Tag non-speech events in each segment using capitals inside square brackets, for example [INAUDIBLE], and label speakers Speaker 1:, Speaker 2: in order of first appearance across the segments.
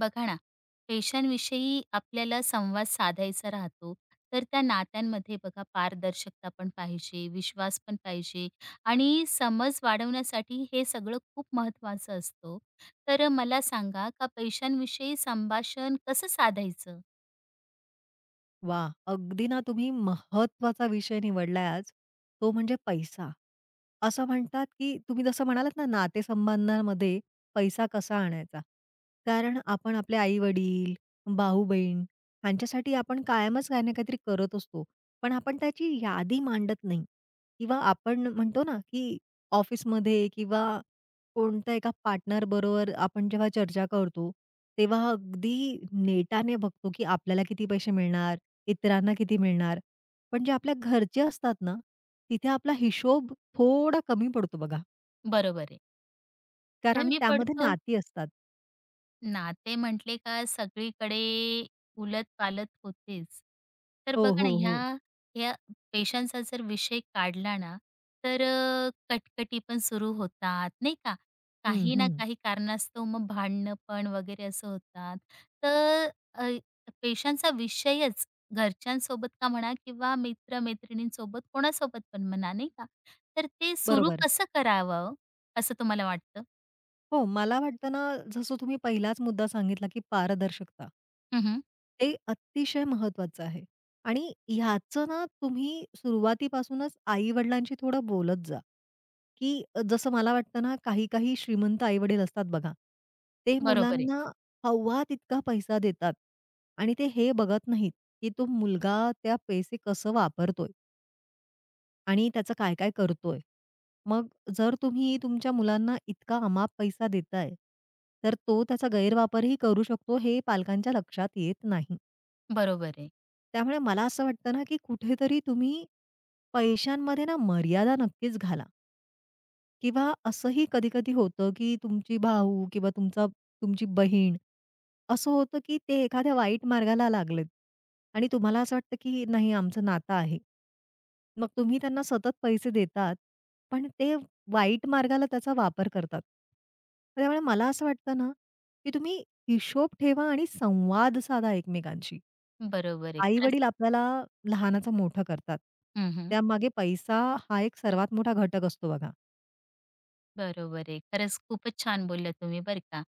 Speaker 1: बघा ना, पेशांविषयी आपल्याला संवाद साधायचा राहतो. तर त्या नात्यांमध्ये बघा पारदर्शकता पण पाहिजे, विश्वास पण पाहिजे आणि समज वाढवण्यासाठी हे सगळं खूप महत्त्वाचं असतं ओ. तर मला सांगा का पैशांविषयी संभाषण कसं साधायचं?
Speaker 2: वा, अगदी ना तुम्ही महत्वाचा विषय निवडलाय आज, तो म्हणजे पैसा. असं म्हणतात, की तुम्ही जसं म्हणालात ना, नातेसंबंधामध्ये पैसा कसा आणायचा? कारण आपण आपले आई-वडील, भाऊ-बहीण ह्यांच्यासाठी आपण कायमच काही ना काहीतरी करत असतो. पण आपण त्याची यादी मांडत नाही किंवा आपण म्हणतो ना, की ऑफिसमध्ये किंवा कोणत्या एका पार्टनरबरोबर आपण जेव्हा चर्चा करतो, तेव्हा अगदी नेटाने बघतो, की आपल्याला किती पैसे मिळणार? इतरांना किती मिळणार? पण जे आपल्या घरचे असतात ना, तिथे आपला हिशोब थोडा कमी पडतो बघा.
Speaker 1: बरोबर आहे.
Speaker 2: कारण
Speaker 1: कमी
Speaker 2: त्यामध्ये
Speaker 1: पडतो
Speaker 2: नाती असतात.
Speaker 1: नाते म्हटले का सगळीकडे उलत-पालत होतेच. तर
Speaker 2: हो,
Speaker 1: बघा ना,
Speaker 2: हो, हो.
Speaker 1: ह्या ह्या पेशांचा जर विषय काढला ना, तर कटकटी पण सुरू होतात, नाही का?
Speaker 2: हं,
Speaker 1: काही ना
Speaker 2: हं.
Speaker 1: काही कारणास्तव मग भांडणं पण वगैरे असं होतात. तर अ, पेशांचा विषयच घरच्यांसोबत का म्हणा किंवा मित्र-मैत्रिणींसोबत कोणासोबत पण म्हणा, नाही का? तर ते सुरू
Speaker 2: बरोबर.
Speaker 1: कसं करावं, असं तुम्हाला वाटतं?
Speaker 2: हो, मला वाटतं ना, जसं तुम्ही पहिलाच मुद्दा सांगितला, की पारदर्शकता.
Speaker 1: हं,
Speaker 2: ते अतिशय महत्वाचं आहे आणि ह्याचं ना, तुम्ही सुरुवातीपासूनच आई-वडिलांशी थोडं बोलत जा, की जसं मला वाटतं ना, काही-काही श्रीमंत आई-वडील असतात बघा, ते
Speaker 1: बरोबर आहे,
Speaker 2: मुलांना हवा तितका पैसा देतात आणि ते हे बघत नाहीत, की तो मुलगा त्या पैसे कसं वापरतोय. आणि त्याचं काय-काय करतोय. मग जर तुम्ही तुमच्या मुलांना इतका अमाप पैसा देताय, तर तो त्याचा गैरवापरही करू शकतो हे पालकांच्या लक्षात येत नाही.
Speaker 1: बरोबर आहे.
Speaker 2: त्यामुळे मला असं वाटतं ना, की कुठेतरी तुम्ही पैशांमध्ये ना मर्यादा नक्कीच घाला. किंवा असंही कधी-कधी होतं, की तुमची भाऊ किंवा तुमची बहीण, असं होतं, की ते एखाद्या वाईट मार्गाला लागलेत आणि तुम्हाला असं वाटतं, की नाही आमचं नातं आहे. मग तुम्ही त्यांना सतत पैसे देतात, पण ते वाईट मार्गाला त्याचा वापर करतात. त्यामुळे मला असं वाटतं ना, की तुम्ही हिशोब ठेवा आणि संवाद साधा एकमेकांशी.
Speaker 1: बरोबर आहे. खरंच
Speaker 2: आई-वडील आपल्याला लहानाचं मोठं करतात.
Speaker 1: हं, हं.
Speaker 2: त्यामागे पैसा हा एक सर्वात मोठा घटक असतो बघा.
Speaker 1: बरोबर आहे. खरंच खूपच छान बोलल्या तुम्ही बरं का.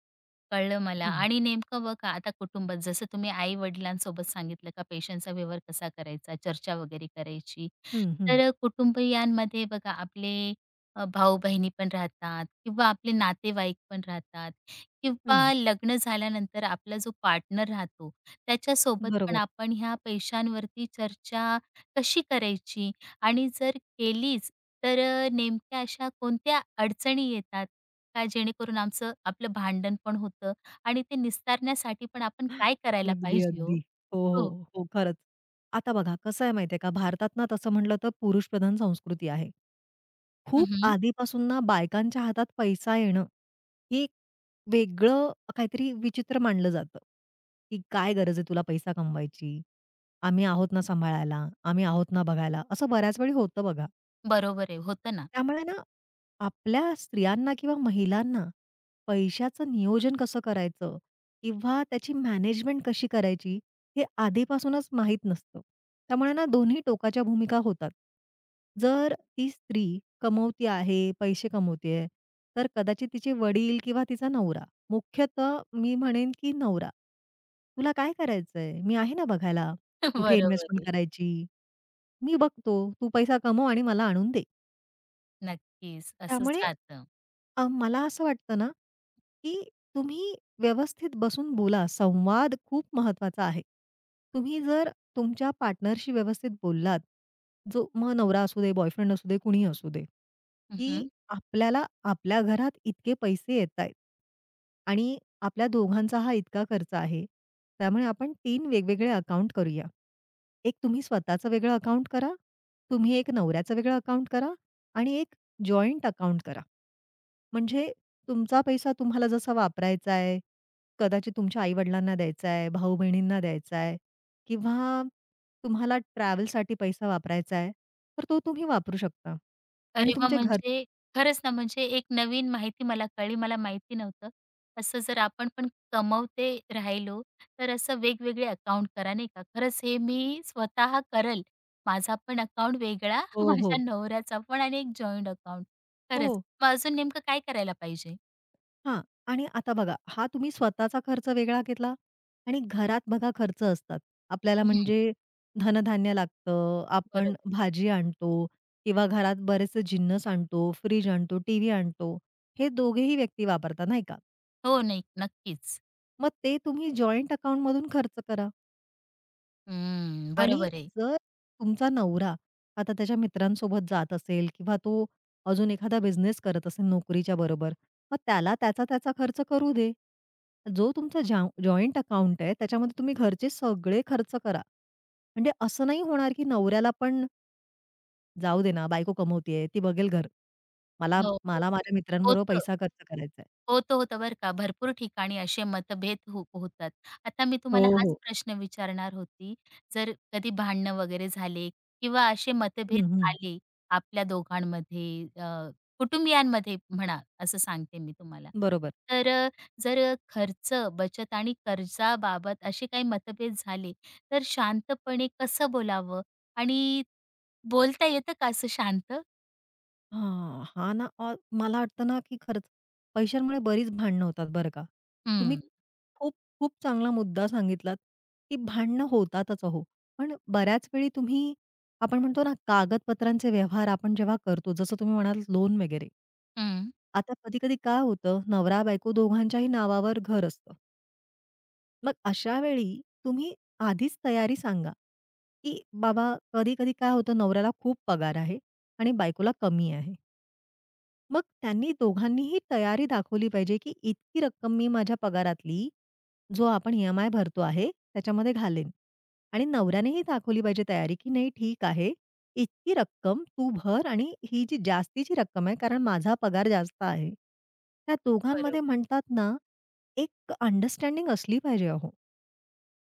Speaker 1: कळलं मला आणि नेमकं बघा आता कुटुंबात जसं तुम्ही आई-वडिलांसोबत सांगितलं का पैशांचा व्यवहार कसा करायचा, चर्चा वगैरे करायची.
Speaker 2: हं, हं,
Speaker 1: तर कुटुंबियांमध्ये बघा आपले भाऊ-बहिणी पण राहतात किंवा आपले नातेवाईक पण राहतात
Speaker 2: हं.
Speaker 1: किंवा लग्न झाल्यानंतर आपला जो पार्टनर राहतो त्याच्यासोबत पण
Speaker 2: बरोबर.
Speaker 1: आपण ह्या पैशांवरती चर्चा कशी करायची आणि जर केलीच तर नेमक्या अशा कोणत्या अडचणी येतात का जेणेकरून आमचं आपलं भांडण पण होतं आणि ते निस्तारण्यासाठी पण आपण काय करायला
Speaker 2: अगदी,
Speaker 1: पाहिजे हो?
Speaker 2: अगदी. हो,
Speaker 1: हो.
Speaker 2: हो, हो. खरंच. आता बघा कसं आहे माहिती आहे का, भारतात ना तसं म्हटलं तर पुरुषप्रधान संस्कृती आहे.
Speaker 1: हं,
Speaker 2: खूप
Speaker 1: हं.
Speaker 2: आधीपासून ना बायकांच्या हातात पैसा येणं, हे एक वेगळं काहीतरी विचित्र मानलं जातं, की "काय गरज आहे तुला पैसा कमवायची? आम्ही आहोत ना सांभाळायला, आम्ही आहोत ना बघायला." असं बऱ्याच वेळी होतं बघा.
Speaker 1: बरोबर आहे. होतं ना.
Speaker 2: त्यामुळे ना आपल्या स्त्रियांना किंवा महिलांना पैशाचं नियोजन कसं करायचं किंवा त्याची मॅनेजमेंट कशी करायची, हे आधीपासूनच माहीत नसतं. त्यामुळे ना दोन्ही टोकाच्या भूमिका होतात. जर ती स्त्री कमवती आहे, पैसे कमवती आहे, तर कदाचित तिचे वडील किंवा तिचा नवरा, मुख्यतः मी म्हणेन की नवरा, "तुला काय करायचंय? मी आहे ना बघायला.
Speaker 1: [LAUGHS]
Speaker 2: कुठे
Speaker 1: बरोबर
Speaker 2: इन्व्हेस्टमेंट
Speaker 1: आहे.
Speaker 2: करायची? मी बघतो. तू पैसा कमव आणि मला आणून दे."
Speaker 1: नक्कीच. असंच
Speaker 2: त्यामुळे
Speaker 1: राहतं.
Speaker 2: मला असं वाटतं ना, की तुम्ही व्यवस्थित बसून बोला. संवाद खूप महत्वाचा आहे. तुम्ही जर तुमच्या पार्टनरशी व्यवस्थित बोललात, जो मग नवरा असू दे, बॉयफ्रेंड असू दे, कुणी असू दे, की आपल्याला आपल्या घरात इतके पैसे येतायत आणि आपल्या दोघांचा हा इतका खर्च आहे. त्यामुळे आपण 3 वेगवेगळे अकाउंट करूया. एक तुम्ही स्वतःचं वेगळं अकाउंट करा, तुम्ही एक नवऱ्याचं वेगळं अकाउंट करा आणि एक जॉइंट अकाउंट करा. म्हणजे तुमचा पैसा तुम्हाला जसा वापरायचा आहे, कदाचित तुमच्या आई-वडिलांना द्यायचा आहे, भाऊ-बहिणींना द्यायचा आहे किंवा तुम्हाला ट्रॅव्हलसाठी पैसा वापरायचा आहे, तर तो तुम्ही वापरू शकता. आणि
Speaker 1: अरे वाह!
Speaker 2: तुमचे घर
Speaker 1: म्हणजे खरंच ना, म्हणजे एक नवीन माहिती मला कळली, मला माहिती नव्हतं. असं जर आपण पण कमवते राहिलो, तर असं वेगवेगळे अकाउंट करा, नाही का. खरंच हे मी स्वतः करेल. माझा पण अकाउंट वेगळा,
Speaker 2: हो,
Speaker 1: [LAUGHS] माझ्या
Speaker 2: हो.
Speaker 1: नवऱ्याचा पण आणि एक जॉइंट अकाउंट. खरंच.
Speaker 2: हो.
Speaker 1: मग अजून नेमकं काय करायला पाहिजे?
Speaker 2: हां. आणि आता बघा, हा तुम्ही स्वतःचा खर्च वेगळा घेतला आणि घरात बघा खर्च असतात. आपल्याला
Speaker 1: हं,
Speaker 2: म्हणजे धनधान्य लागतं, आपण
Speaker 1: बरोबर.
Speaker 2: भाजी आणतो किंवा घरात बरेचसे जिन्नस आणतो, फ्रीज आणतो, टीव्ही आणतो. हे दोघेही व्यक्ती वापरतात, नाही का?
Speaker 1: हो, नाही नक्कीच.
Speaker 2: मग ते तुम्ही जॉइंट अकाउंटमधून खर्च करा.
Speaker 1: हं,
Speaker 2: आणि
Speaker 1: बरोबर आहे.
Speaker 2: जर तुमचा नवरा आता त्याच्या मित्रांसोबत जात असेल किंवा तो अजून एखादा बिझनेस करत असेल नोकरीच्या बरोबर, मग त्याला त्याचा-त्याचा खर्च करू दे. जो तुमचा जॉइंट अकाउंट आहे, त्याच्यामध्ये तुम्ही घरचे सगळे खर्च करा. म्हणजे असं नाही होणार, की नवऱ्याला पण जाऊ दे ना, बायको कमवतीये, ती बघेल घर. मला
Speaker 1: हो,
Speaker 2: मला माझ्या मित्रांबरोबर
Speaker 1: होतं.
Speaker 2: पैसा खर्च करायचा आहे.
Speaker 1: होतं, होतं बरं का. भरपूर ठिकाणी असे मतभेद हो होतात. आता मी
Speaker 2: हो,
Speaker 1: तुम्हाला हं. हाच
Speaker 2: हो.
Speaker 1: प्रश्न विचारणार होती. जर कधी भांडणं वगैरे झाले किंवा असे मतभेद
Speaker 2: हं, हं.
Speaker 1: आले आपल्या दोघांमध्ये कुटुंबियांमध्ये म्हणा, असं सांगते मी तुम्हाला.
Speaker 2: बरोबर.
Speaker 1: तर जर खर्च, बचत आणि कर्जाबाबत असे काही मतभेद झाले, तर शांतपणे कसं बोलावं आणि बोलता येतं का असं शांत?
Speaker 2: हां, हां ना, मला वाटतं ना, की खरंच पैशांमुळे बरीच भांडणं होतात बरं का. तुम्ही
Speaker 1: हं,
Speaker 2: खूप खूप चांगला मुद्दा सांगितलात, की भांडणं होतातच अहो. पण बऱ्याच वेळी तुम्ही आपण म्हणतो ना, कागदपत्रांचे व्यवहार आपण जेव्हा करतो, जसं तुम्ही म्हणालात लोन वगैरे.
Speaker 1: हं.
Speaker 2: आता कधी-कधी काय होतं, नवरा-बायको दोघांच्याही नावावर घर असतं. मग अशा वेळी तुम्ही आधीच तयारी सांगा, की बाबा कधी-कधी काय होतं, नवऱ्याला खूप पगार आहे आणि बायकोला कमी आहे. मग त्यांनी दोघांनीही तयारी दाखवली पाहिजे, की इतकी रक्कम मी माझ्या पगारातली, जो आपण ई-एम-आय भरतो आहे, त्याच्यामध्ये घालेन. आणि नवऱ्यानेही दाखवली पाहिजे तयारी, की नाही ठीक आहे, इतकी रक्कम तू भर आणि ही जी जास्तीची रक्कम आहे, कारण माझा पगार जास्त आहे. त्या दोघांमध्ये
Speaker 1: बरोबर.
Speaker 2: म्हणतात ना, एक अंडरस्टँडिंग असली पाहिजे अहो,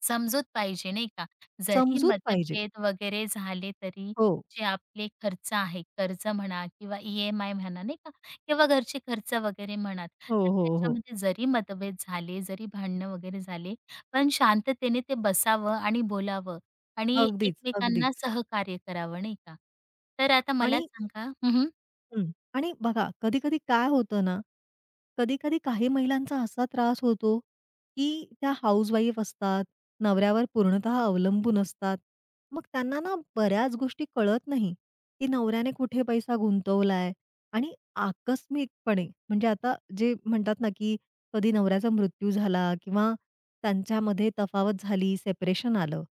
Speaker 1: समजूत पाहिजे नाही का? जरी
Speaker 2: समजूत पाहिजे.
Speaker 1: मतभेद वगैरे झाले तरी
Speaker 2: हो,
Speaker 1: जे आपले खर्च आहे, कर्ज म्हणा किंवा ई-एम-आय म्हणा नाही का? किंवा घरचे खर्च वगैरे म्हणा,
Speaker 2: हो,
Speaker 1: तर
Speaker 2: हो, हो.
Speaker 1: त्याच्यामध्ये जरी मतभेद झाले, जरी भांडणं वगैरे झाले, पण शांततेने ते बसावं आणि बोलावं आणि
Speaker 2: अगदीच,
Speaker 1: एकमेकांना
Speaker 2: अगदीच.
Speaker 1: सहकार्य करावं नाही का? तर आता मला
Speaker 2: आणि
Speaker 1: सांगा हं, हं.
Speaker 2: हं. आणि बघा, कधी-कधी काय होतं ना, कधी-कधी काही महिलांचा असा त्रास होतो, की त्या हाउसवाईफ असतात, नवऱ्यावर पूर्णतः अवलंबून असतात. मग त्यांना ना बऱ्याच गोष्टी कळत नाही, की नवऱ्याने कुठे पैसा गुंतवलाय आणि आकस्मिकपणे म्हणजे आता जे म्हणतात ना, की कधी नवऱ्याचा मृत्यू झाला किंवा त्यांच्यामध्ये तफावत झाली, सेपरेशन आलं,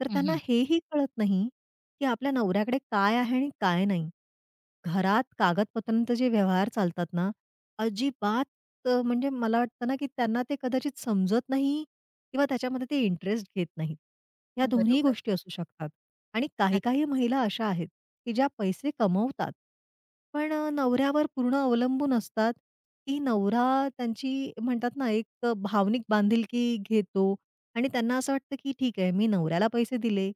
Speaker 2: तर त्यांना
Speaker 1: हं,
Speaker 2: हेही कळत नाही की आपल्या नवऱ्याकडे काय आहे आणि काय नाही. घरात कागदपत्रांचे जे व्यवहार चालतात ना, अजिबात म्हणजे मला वाटतं ना, की त्यांना ते कदाचित समजत नाही किंवा त्याच्यामध्ये ते इंटरेस्ट घेत नाहीत. या दोन्ही
Speaker 1: बरोबर.
Speaker 2: गोष्टी असू शकतात. आणि काही-काही
Speaker 1: नक्कीच.
Speaker 2: महिला अशा आहेत, की ज्या पैसे कमवतात, पण नवऱ्यावर पूर्ण अवलंबून असतात, की नवरा त्यांची म्हणतात ना, एक भावनिक बांधिलकी घेतो आणि त्यांना असं वाटतं, की ठीक आहे, मी नवऱ्याला पैसे दिले,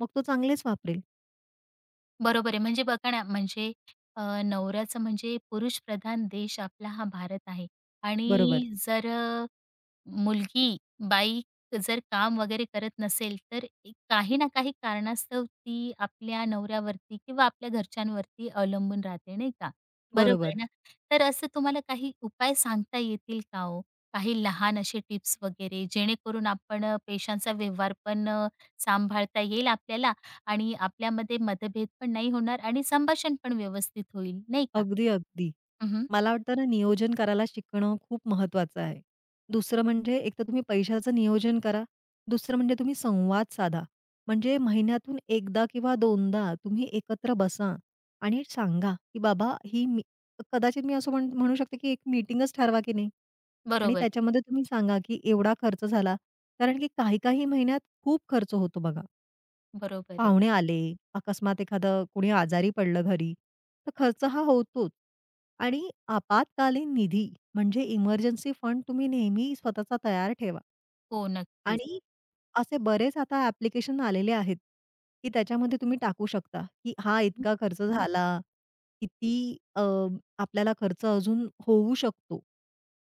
Speaker 2: मग तो चांगलेच वापरेल.
Speaker 1: बरोबर आहे. म्हणजे बघा ना, म्हणजे नवऱ्याचं म्हणजे पुरुषप्रधान देश आपला हा भारत आहे
Speaker 2: बरोबर,
Speaker 1: आणि जर मुलगी, बाई जर काम वगैरे करत नसेल, तर एक काही ना काही कारणास्तव ती आपल्या नवऱ्यावरती किंवा आपल्या घरच्यांवरती अवलंबून राहते, नाही का? बरोबर आहे
Speaker 2: बरोबर.
Speaker 1: ना? तर असं तुम्हाला काही उपाय सांगता येतील का हो? काही लहान असे टिप्स वगैरे, जेणेकरून आपण पैशांचा व्यवहार पण सांभाळता येईल आपल्याला आणि आपल्यामध्ये मतभेद पण नाही होणार आणि संभाषण पण व्यवस्थित होईल, नाही का?
Speaker 2: अगदी, अगदी.
Speaker 1: हं,
Speaker 2: मला वाटतं ना नियोजन करायला शिकणं खूप महत्वाचं आहे. दुसरं म्हणजे एक तर तुम्ही पैशाचं नियोजन करा. दुसरं म्हणजे तुम्ही संवाद साधा. म्हणजे महिन्यातून एकदा किंवा दोनदा तुम्ही एकत्र बसा आणि सांगा, की बाबा ही मी कदाचित मी असं म्हणू शकते, की एक मीटिंगच ठरवा की नाही आणि
Speaker 1: बरोबर आहे,
Speaker 2: त्याच्यामध्ये तुम्ही सांगा, की एवढा खर्च झाला. कारण की काही-काही महिन्यात खूप खर्च होतो बघा.
Speaker 1: बरोबर आहे.
Speaker 2: पाहुणे आले, अकस्मात एखादं कुणी आजारी पडलं घरी, तर खर्च हा होतोच. आणि आपातकालीन निधी म्हणजे इमर्जन्सी फंड तुम्ही नेहमी स्वतःचा तयार ठेवा.
Speaker 1: हो, नक्कीच.
Speaker 2: आणि असे बरेच आता ॲप्लिकेशन आलेले आहेत, की त्याच्यामध्ये तुम्ही टाकू शकता, की हा इतका खर्च झाला, किती आपल्याला खर्च अजून होऊ शकतो.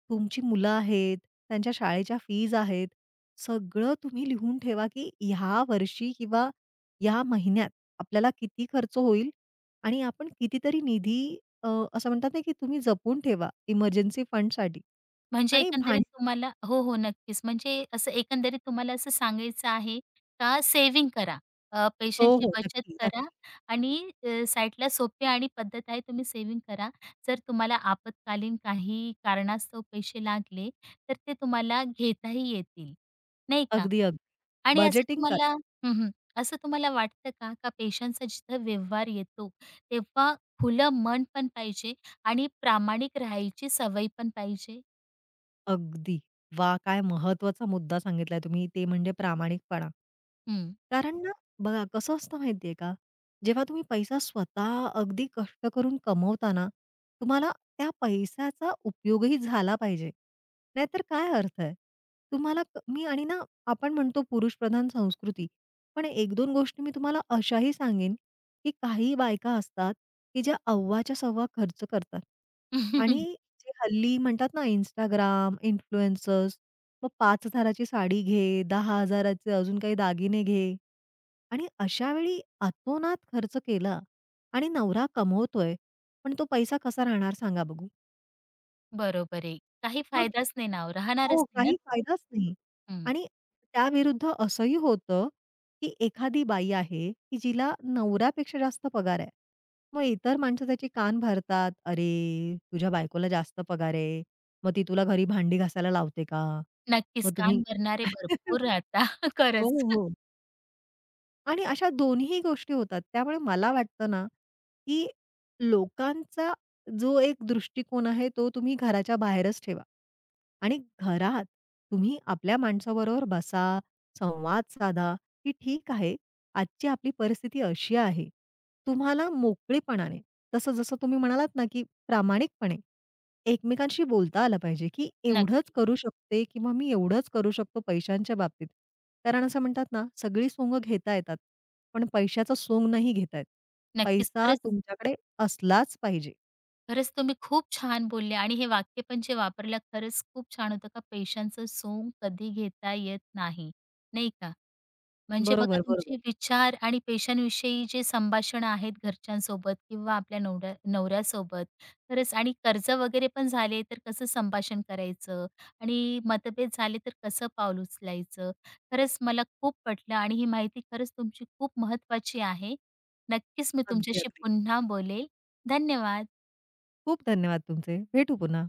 Speaker 2: तुमची मुलं आहेत, त्यांच्या शाळेच्या फीज आहेत. सगळं तुम्ही लिहून ठेवा, की ह्या वर्षी किंवा या महिन्यात आपल्याला किती खर्च होईल आणि आपण कितीतरी निधी असं म्हणतात ना, की तुम्ही जपून ठेवा इमर्जन्सी फंडसाठी
Speaker 1: म्हणजे
Speaker 2: आणि
Speaker 1: एकंदरीत
Speaker 2: भांड
Speaker 1: तुम्हाला हो, हो, नक्कीच. म्हणजे असं एकंदरीत तुम्हाला असं सांगायचं आहे का सेव्हिंग करा.
Speaker 2: हो,
Speaker 1: पैशांची
Speaker 2: हो.
Speaker 1: बचत
Speaker 2: नक्की,
Speaker 1: करा
Speaker 2: नक्की.
Speaker 1: आणि साईडला सोपी आणि पद्धत आहे तुम्ही सेव्हिंग करा. जर तुम्हाला आपत्कालीन काही कारणास्तव पैसे लागले, तर ते तुम्हाला घेताही येतील, नाही का?
Speaker 2: अगदी, अगदी.
Speaker 1: आणि असं
Speaker 2: बजेटिंग करा.
Speaker 1: तुम्हाला हं, हं. असं तुम्हाला वाटतं का, का पैशांचा जिथं व्यवहार येतो, तेव्हा खुलं मन पण पाहिजे आणि प्रामाणिक राहायची सवय पण पाहिजे?
Speaker 2: अगदी. वा काय महत्त्वाचा मुद्दा सांगितलाय तुम्ही ते म्हणजे प्रामाणिकपणा.
Speaker 1: हं.
Speaker 2: कारण ना, बघा कसं असतं माहिती आहे का, जेव्हा तुम्ही पैसा स्वतः अगदी कष्ट करून कमवता ना, तुम्हाला त्या पैशाचा उपयोगही झाला पाहिजे. नाहीतर काय अर्थ आहे? तुम्हाला क मी आणि ना, आपण म्हणतो पुरुषप्रधान संस्कृती, पण 1-2 गोष्टी मी तुम्हाला अशाही सांगेन, की काही बायका असतात, की ज्या अव्वाच्या सव्वा खर्च करतात आणि
Speaker 1: [LAUGHS]
Speaker 2: जे हल्ली म्हणतात ना Instagram, इन्फ्लुएन्सर्स, मग 5,000 ची साडी घे, 10,000 चे अजून काही दागिने घे आणि अशा वेळी अतोनात खर्च केला आणि नवरा कमवतोय, पण तो पैसा कसा राहणार सांगा बघू?
Speaker 1: बरोबर आहे. काही
Speaker 2: मग
Speaker 1: फायदाच नाही ना ओ,
Speaker 2: हो,
Speaker 1: राहणारच नाही ना
Speaker 2: काही
Speaker 1: तो.
Speaker 2: फायदाच नाही.
Speaker 1: हं.
Speaker 2: आणि त्याविरुद्ध असंही होतं, की एखादी बाई आहे, की जिला नवऱ्यापेक्षा जास्त पगार आहे. मग इतर माणसं त्याचे कान भरतात, "अरे, तुझ्या बायकोला जास्त पगार आहे. मग ती तुला घरी भांडी घासायला लावते का?
Speaker 1: नक्कीच
Speaker 2: मग तुम्ही"
Speaker 1: कान भरणारे
Speaker 2: [LAUGHS]
Speaker 1: भरपूर राहता. [LAUGHS]
Speaker 2: हो,
Speaker 1: खरंच.
Speaker 2: हो. आणि अशा दोन्हीही गोष्टी होतात. त्यामुळे मला वाटतं ना, की लोकांचा जो एक दृष्टिकोन आहे, तो तुम्ही घराच्या बाहेरच ठेवा. आणि घरात तुम्ही आपल्या माणसाबरोबर बसा, संवाद साधा, की ठीक आहे, आजची आपली परिस्थिती अशी आहे. तुम्हाला मोकळेपणाने, तसं जसं तुम्ही म्हणालात ना, की प्रामाणिकपणे एकमेकांशी बोलता आलं पाहिजे, की एवढंच
Speaker 1: नक्की.
Speaker 2: करू शकते किंवा मी एवढंच करू शकतो पैशांच्या बाबतीत. कारण असं म्हणतात ना, सगळी सोंग घेता येतात, पण पैशाचं सोंग नाही घेता येत.
Speaker 1: नक्कीच.
Speaker 2: पैसा
Speaker 1: खरंच,
Speaker 2: तुमच्याकडे असलाच पाहिजे.
Speaker 1: खरंच तुम्ही खूप छान बोलले आणि हे वाक्य पण जे वापरलं खरंच खूप छान होतं का पैशांचं सोंग कधी घेता येत नाही, नाही का? म्हणजे बघा
Speaker 2: बरोबर, बरोबर.
Speaker 1: तुमचे विचार आणि पेशांविषयी जे संभाषण आहेत घरच्यांसोबत किंवा आपल्या नवऱ्यासोबत खरंच आणि कर्ज वगैरे पण झाले तर कसं संभाषण करायचं आणि मतभेद झाले तर कसं पाऊल उचलायचं खरंच मला खूप पटलं आणि ही माहिती खरंच तुमची खूप महत्वाची आहे नक्कीच मी
Speaker 2: अगदी,
Speaker 1: तुमच्याशी
Speaker 2: अगदी.
Speaker 1: पुन्हा बोलेल धन्यवाद
Speaker 2: खूप धन्यवाद तुमचे. भेटू पुन्हा.